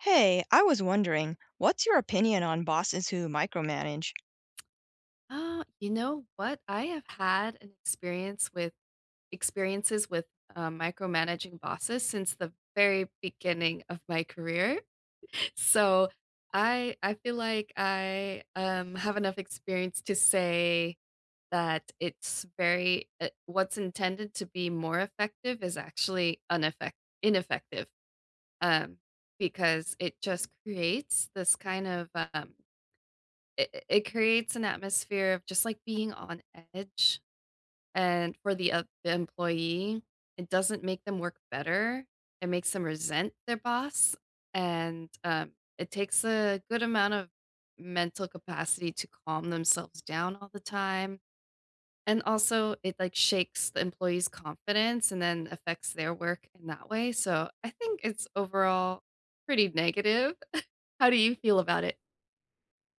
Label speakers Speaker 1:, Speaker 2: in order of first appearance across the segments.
Speaker 1: Hey, I was wondering, what's your opinion on bosses who micromanage?
Speaker 2: Oh, you know what? I have had an experience with experiences with micromanaging bosses since the very beginning of my career. So I feel like I have enough experience to say that it's very what's intended to be more effective is actually ineffect ineffective um, because it just creates this kind of it creates an atmosphere of just like being on edge, and for the employee, it doesn't make them work better. It makes them resent their boss. And It takes a good amount of mental capacity to calm themselves down all the time. And also, it like shakes the employee's confidence and then affects their work in that way. So I think it's overall pretty negative. How do you feel about it?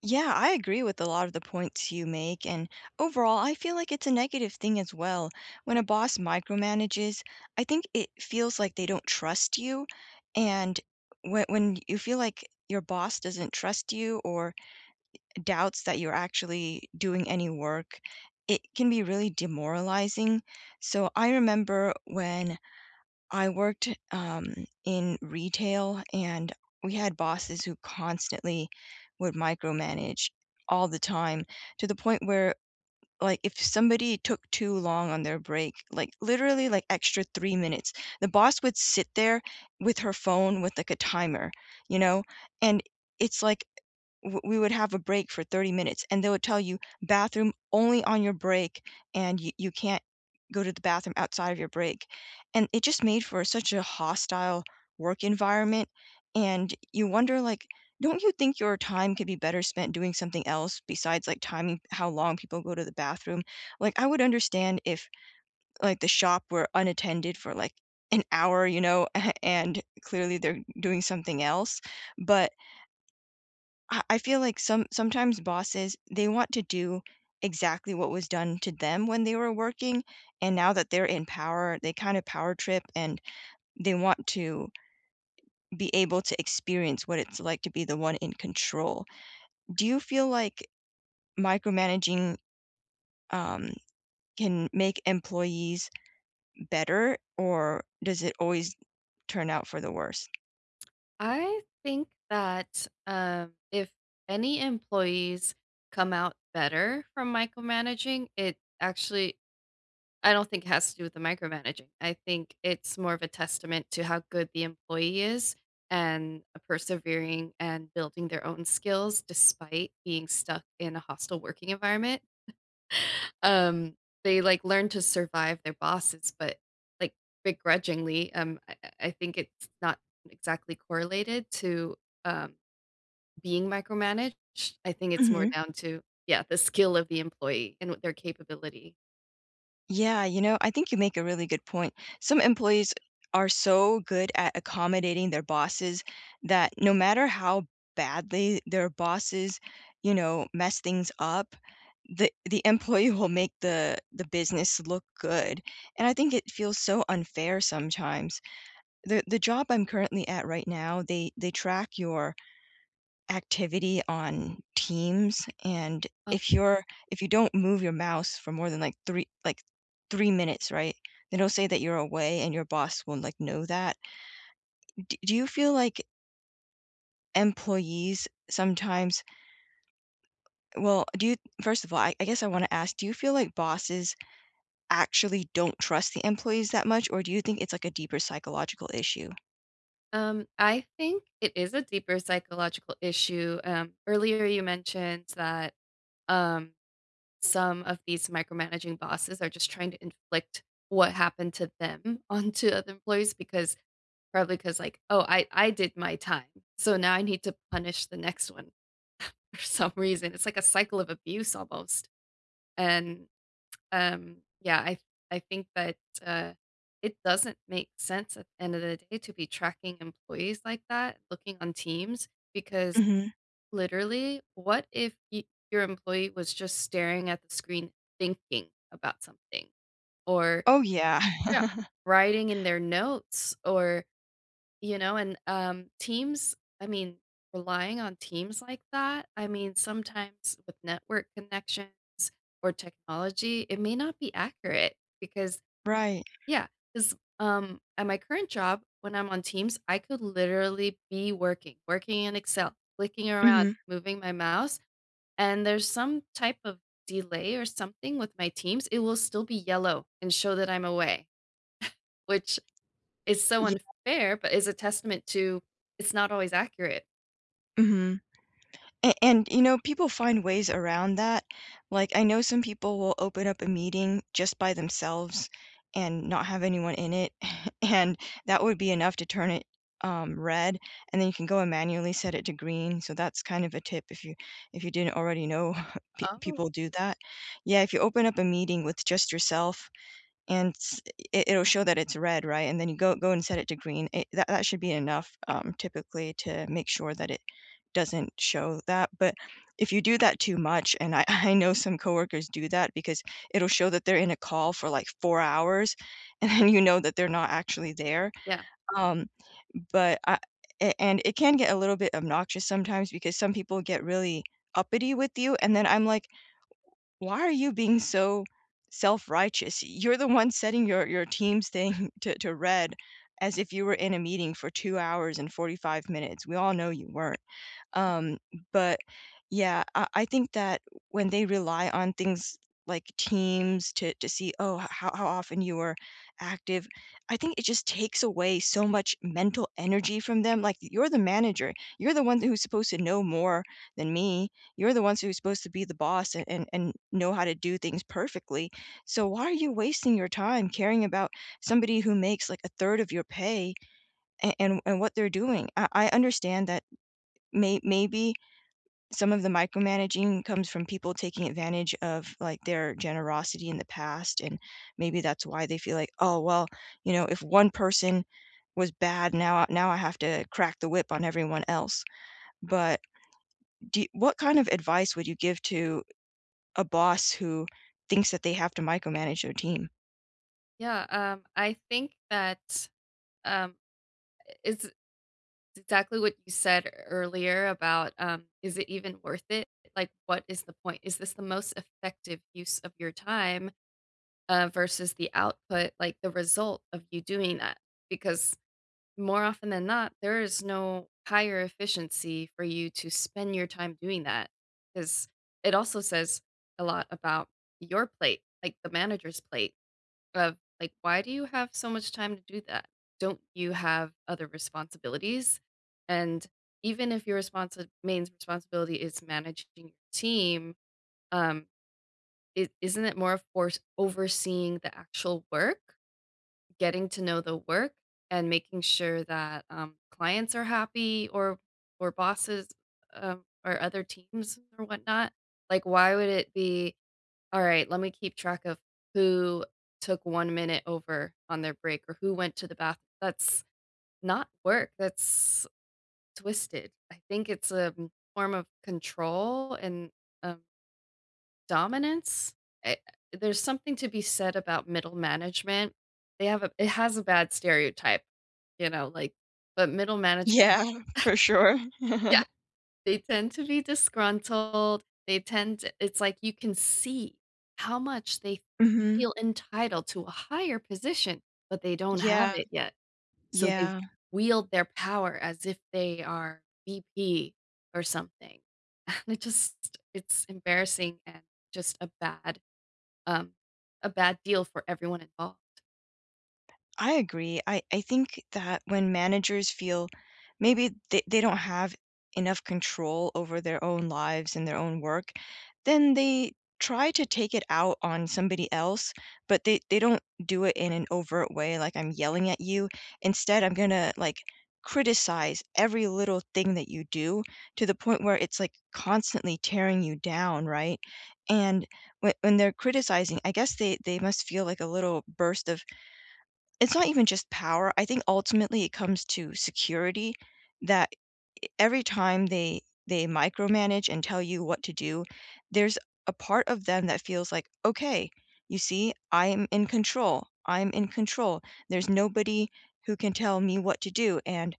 Speaker 1: Yeah, I agree with a lot of the points you make, and overall, I feel like it's a negative thing as well. When a boss micromanages, I think it feels like they don't trust you, and when you feel like your boss doesn't trust you or doubts that you're actually doing any work, it can be really demoralizing. So I remember when I worked, in retail, and we had bosses who constantly would micromanage all the time, to the point where, like, if somebody took too long on their break, like, literally, like, extra 3 minutes, the boss would sit there with her phone with, like, a timer, you know? And it's like, w we would have a break for 30 minutes, and they would tell you, "Bathroom only on your break, and you can't go to the bathroom outside of your break." And it just made for such a hostile work environment, and you wonder, like, don't you think your time could be better spent doing something else besides, like, timing how long people go to the bathroom? Like, I would understand if, like, the shop were unattended for, like, an hour, you know, and clearly they're doing something else, but I feel like sometimes bosses, they want to do exactly what was done to them when they were working, and now that they're in power, they kinda power trip, and they want to be able to experience what it's like to be the one in control. Do you feel like micromanaging um, can make employees better, or does it always turn out for the worse?
Speaker 2: I think that if any employees come out better from micromanaging, it actually, I don't think it has to do with the micromanaging. I think it's more of a testament to how good the employee is and persevering and building their own skills despite being stuck in a hostile working environment. Um, they like learn to survive their bosses, but like begrudgingly, I think it's not exactly correlated to. Um, being micromanaged. I think it's more
Speaker 1: Mhm.
Speaker 2: down to yeah, the skill of the employee and their capability.
Speaker 1: Yeah, you know, I think you make a really good point. Some employees are so good at accommodating their bosses that no matter how badly their bosses, you know, mess things up, the employee will make the business look good. And I think it feels so unfair sometimes. The job I'm currently at right now, they track your activity on Teams, and
Speaker 2: Oh.
Speaker 1: if you don't move your mouse for more than, like, 3 minutes, right, then it'll say that you're away and your boss will, like, know that. D do you feel like employees sometimes well, do you first of all, I guess I wanna ask, do you feel like bosses actually don't trust the employees that much, or do you think it's, like, a deeper psychological issue?
Speaker 2: I think it is a deeper psychological issue. Earlier you mentioned that um, some of these micromanaging bosses are just trying to inflict what happened to them onto other employees because probably because like, oh, I did my time, so now I need to punish the next one for some reason. It's like a cycle of abuse almost, and Um, yeah, I I think that, uh, it doesn't make sense at the end of the day to be tracking employees like that, looking on Teams, because
Speaker 1: Mhm.
Speaker 2: literally, what if y your employee was just staring at the screen thinking about something or
Speaker 1: Oh, yeah.
Speaker 2: Yeah. writing in their notes or you know, and, relying on teams like that, I mean, sometimes with network connections or technology, it may not be accurate because
Speaker 1: Right.
Speaker 2: yeah, at my current job, when I'm on Teams, I could literally be working, working in Excel, clicking around,
Speaker 1: Mhm.
Speaker 2: moving my mouse, and there's some type of delay or something with my Teams, it will still be yellow and show that I'm away, which it's so unfair, but is a testament to it's not always accurate.
Speaker 1: Mhm. A and, you know, people find ways around that. Like, I know some people will open up a meeting just by themselves and not have anyone in it, and that would be enough to turn it, red, and then you can go and manually set it to green, so that's kind of a tip if you didn't already know. pe
Speaker 2: Oh,
Speaker 1: people do that. Yeah, if you open up a meeting with just yourself and s it it'll show that it's red, right? And then you go and set it to green. It that that should be enough, typically, to make sure that it doesn't show that, but if you do that too much, and I I know some coworkers do that because it'll show that they're in a call for, like, 4 hours, and then you know that they're not actually there,
Speaker 2: yeah.
Speaker 1: um, but I a and it can get a little bit obnoxious sometimes because some people get really uppity with you, and then I'm like, why are you being so self-righteous? You're the one setting your team's thing to red as if you were in a meeting for 2 hours and 45 minutes. We all know you weren't. Um, but yeah, I think that when they rely on things like teams to see, oh, how often you are active, I think it just takes away so much mental energy from them. Like, you're the manager, you're the one who's supposed to know more than me. You're the ones who's supposed to be the boss, and, know how to do things perfectly. So why are you wasting your time caring about somebody who makes like a third of your pay, and, what they're doing? I understand that, maybe some of the micromanaging comes from people taking advantage of, like, their generosity in the past, and maybe that's why they feel like, "Oh, well, you know, if one person was bad, now I have to crack the whip on everyone else." But do what kind of advice would you give to a boss who thinks that they have to micromanage their team?
Speaker 2: Yeah, I think that, um, it's exactly what you said earlier about, is it even worth it? Like, what is the point? Is this the most effective use of your time, versus the output, like, the result of you doing that? Because more often than not, there is no higher efficiency for you to spend your time doing that, because it also says a lot about your plate, like, the manager's plate of, like, "Why do you have so much time to do that? Don't you have other responsibilities?" And even if your responsi main responsibility is managing your team, um, I isn't it more of course overseeing the actual work? Getting to know the work and making sure that clients are happy or bosses or other teams or whatnot. Like, why would it be all right? Let me keep track of who took 1 minute over on their break or who went to the bathroom. That's not work. That's twisted. I think it's a form of control and um, dominance? Eh, there's something to be said about middle management. They have a it has a bad stereotype, you know, like but middle management
Speaker 1: Yeah, for sure.
Speaker 2: yeah, they tend to be disgruntled. They tend to it's like you can see how much they
Speaker 1: Mhm.
Speaker 2: feel entitled to a higher position, but they don't have
Speaker 1: Yeah,
Speaker 2: it yet. So they
Speaker 1: yeah.
Speaker 2: wield their power as if they are VP or something. And it just it's embarrassing and just um, a bad deal for everyone involved.
Speaker 1: I agree. I think that when managers feel maybe they don't have enough control over their own lives and their own work, then they try to take it out on somebody else, but they don't do it in an overt way, like, I'm yelling at you. Instead, I'm going to, like, criticize every little thing that you do, to the point where it's like constantly tearing you down, right? And when they're criticizing, I guess they must feel like a little burst of, it's not even just power, I think ultimately it comes to security, that every time they micromanage and tell you what to do, there's a part of them that feels like, "Okay, you see, I'm in control. I'm in control. There's nobody who can tell me what to do, and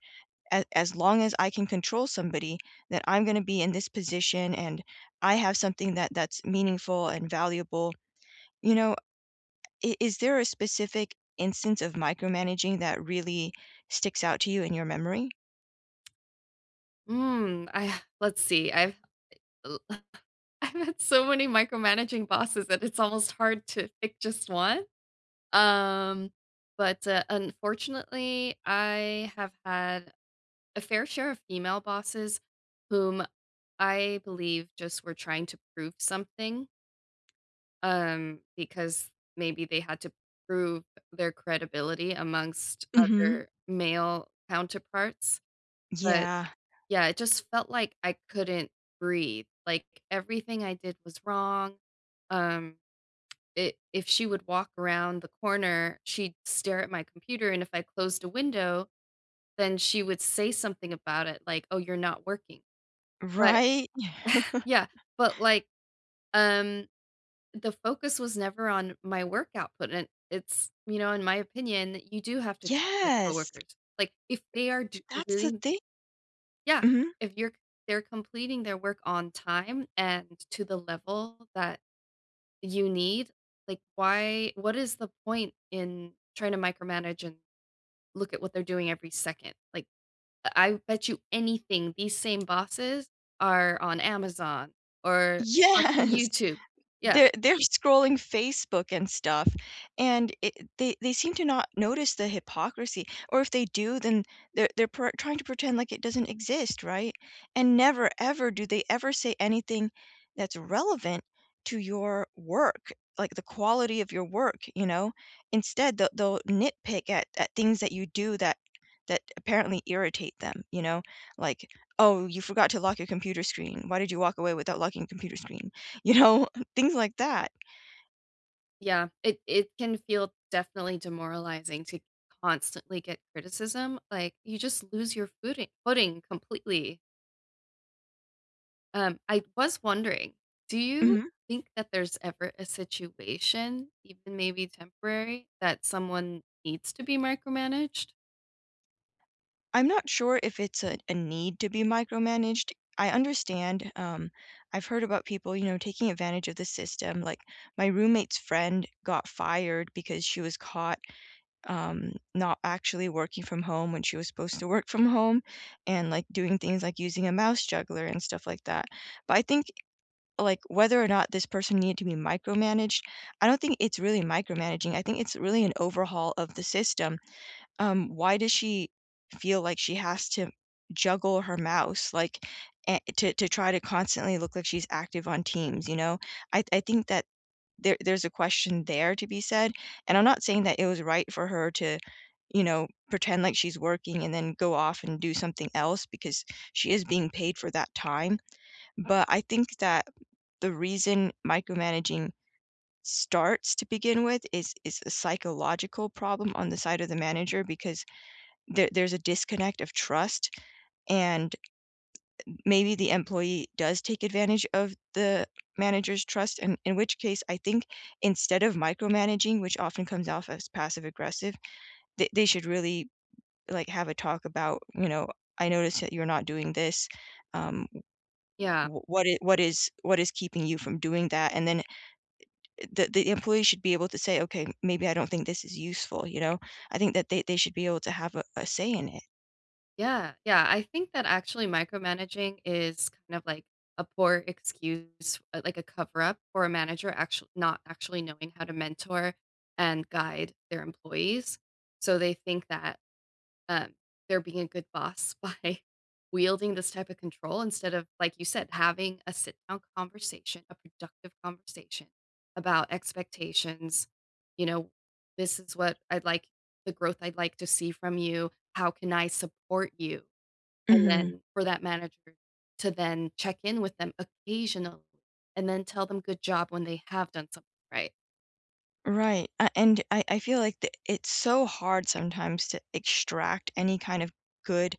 Speaker 1: as long as I can control somebody, then I'm gonna be in this position, and I have something that's meaningful and valuable." You know, I is there a specific instance of micromanaging that really sticks out to you in your memory?
Speaker 2: Mm, I let's see. I've i I've had so many micromanaging bosses that it's almost hard to pick just one. Um, but unfortunately, I have had a fair share of female bosses whom I believe just were trying to prove something because maybe they had to prove their credibility amongst
Speaker 1: Mhm.
Speaker 2: other male counterparts. But
Speaker 1: Yeah.
Speaker 2: yeah, it just felt like I couldn't breathe, like, everything I did was wrong, um, it if she would walk around the corner, she'd stare at my computer, and if I closed a window, then she would say something about it, like, "Oh, you're not working." But
Speaker 1: Right?
Speaker 2: yeah, but, like, um, the focus was never on my work output, and it's you know, in my opinion, you do have to trust your
Speaker 1: Yes.
Speaker 2: coworkers. Like, if they are
Speaker 1: That's the
Speaker 2: doing.
Speaker 1: thing.
Speaker 2: Yeah,
Speaker 1: Mhm.
Speaker 2: if you're they're completing their work on time and to the level that you need, like, why what is the point in trying to micromanage and look at what they're doing every second? Like, I bet you anything these same bosses are on Amazon or watching
Speaker 1: Yes.
Speaker 2: YouTube. Yeah,
Speaker 1: They're scrolling Facebook and stuff, and it they seem to not notice the hypocrisy, or if they do, then they're per trying to pretend like it doesn't exist, right? And never, ever do they ever say anything that's relevant to your work, like the quality of your work, you know? Instead, they'll nitpick at things that you do that apparently irritate them, you know? Like, "Oh, you forgot to lock your computer screen. Why did you walk away without locking your computer screen?" You know? Things like that.
Speaker 2: yeah, it can feel definitely demoralizing to constantly get criticism, like, you just lose your footing completely. I was wondering, do you
Speaker 1: Mhm.
Speaker 2: think that there's ever a situation, even maybe temporary, that someone needs to be micromanaged?
Speaker 1: I'm not sure if it's a need to be micromanaged. I understand, I've heard about people, you know, taking advantage of the system, like, my roommate's friend got fired because she was caught, not actually working from home when she was supposed to work from home and, like, doing things like using a mouse juggler and stuff like that. But I think, like, whether or not this person needed to be micromanaged, I don't think it's really micromanaging. I think it's really an overhaul of the system. Why does she feel like she has to juggle her mouse, like, to try to constantly look like she's active on Teams, you know? I think that there's a question there to be said, and I'm not saying that it was right for her to, you know, pretend like she's working and then go off and do something else because she is being paid for that time, but I think that the reason micromanaging starts to begin with is a psychological problem on the side of the manager because there's a disconnect of trust, and maybe the employee does take advantage of the manager's trust, and in which case I think, instead of micromanaging, which often comes off as passive aggressive, they should really, like, have a talk about, you know, "I noticed that you're not doing this. Um,
Speaker 2: Yeah.
Speaker 1: w what I what is keeping you from doing that?" And then the employee should be able to say, "Okay, maybe I don't think this is useful," you know? I think that they should be able to have a say in it.
Speaker 2: Yeah. Yeah. I think that actually micromanaging is kind of like a poor excuse, like a cover up for a manager actually not actually knowing how to mentor and guide their employees. So they think that um, they're being a good boss by wielding this type of control instead of, like you said, having a sit down conversation, a productive conversation about expectations. You know, this is what I'd like, the growth I'd like to see from you. How can I support you? And
Speaker 1: Mhm.
Speaker 2: then for that manager to then check in with them occasionally and then tell them good job when they have done something right.
Speaker 1: Right, a and I feel like th it's so hard sometimes to extract any kind of good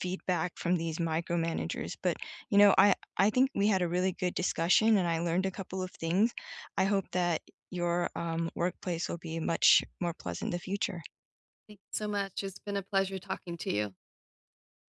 Speaker 1: feedback from these micromanagers, but, you know, I think we had a really good discussion, and I learned a couple of things. I hope that your, workplace will be much more pleasant in the future.
Speaker 2: Thank you so much. It's been a pleasure talking to you.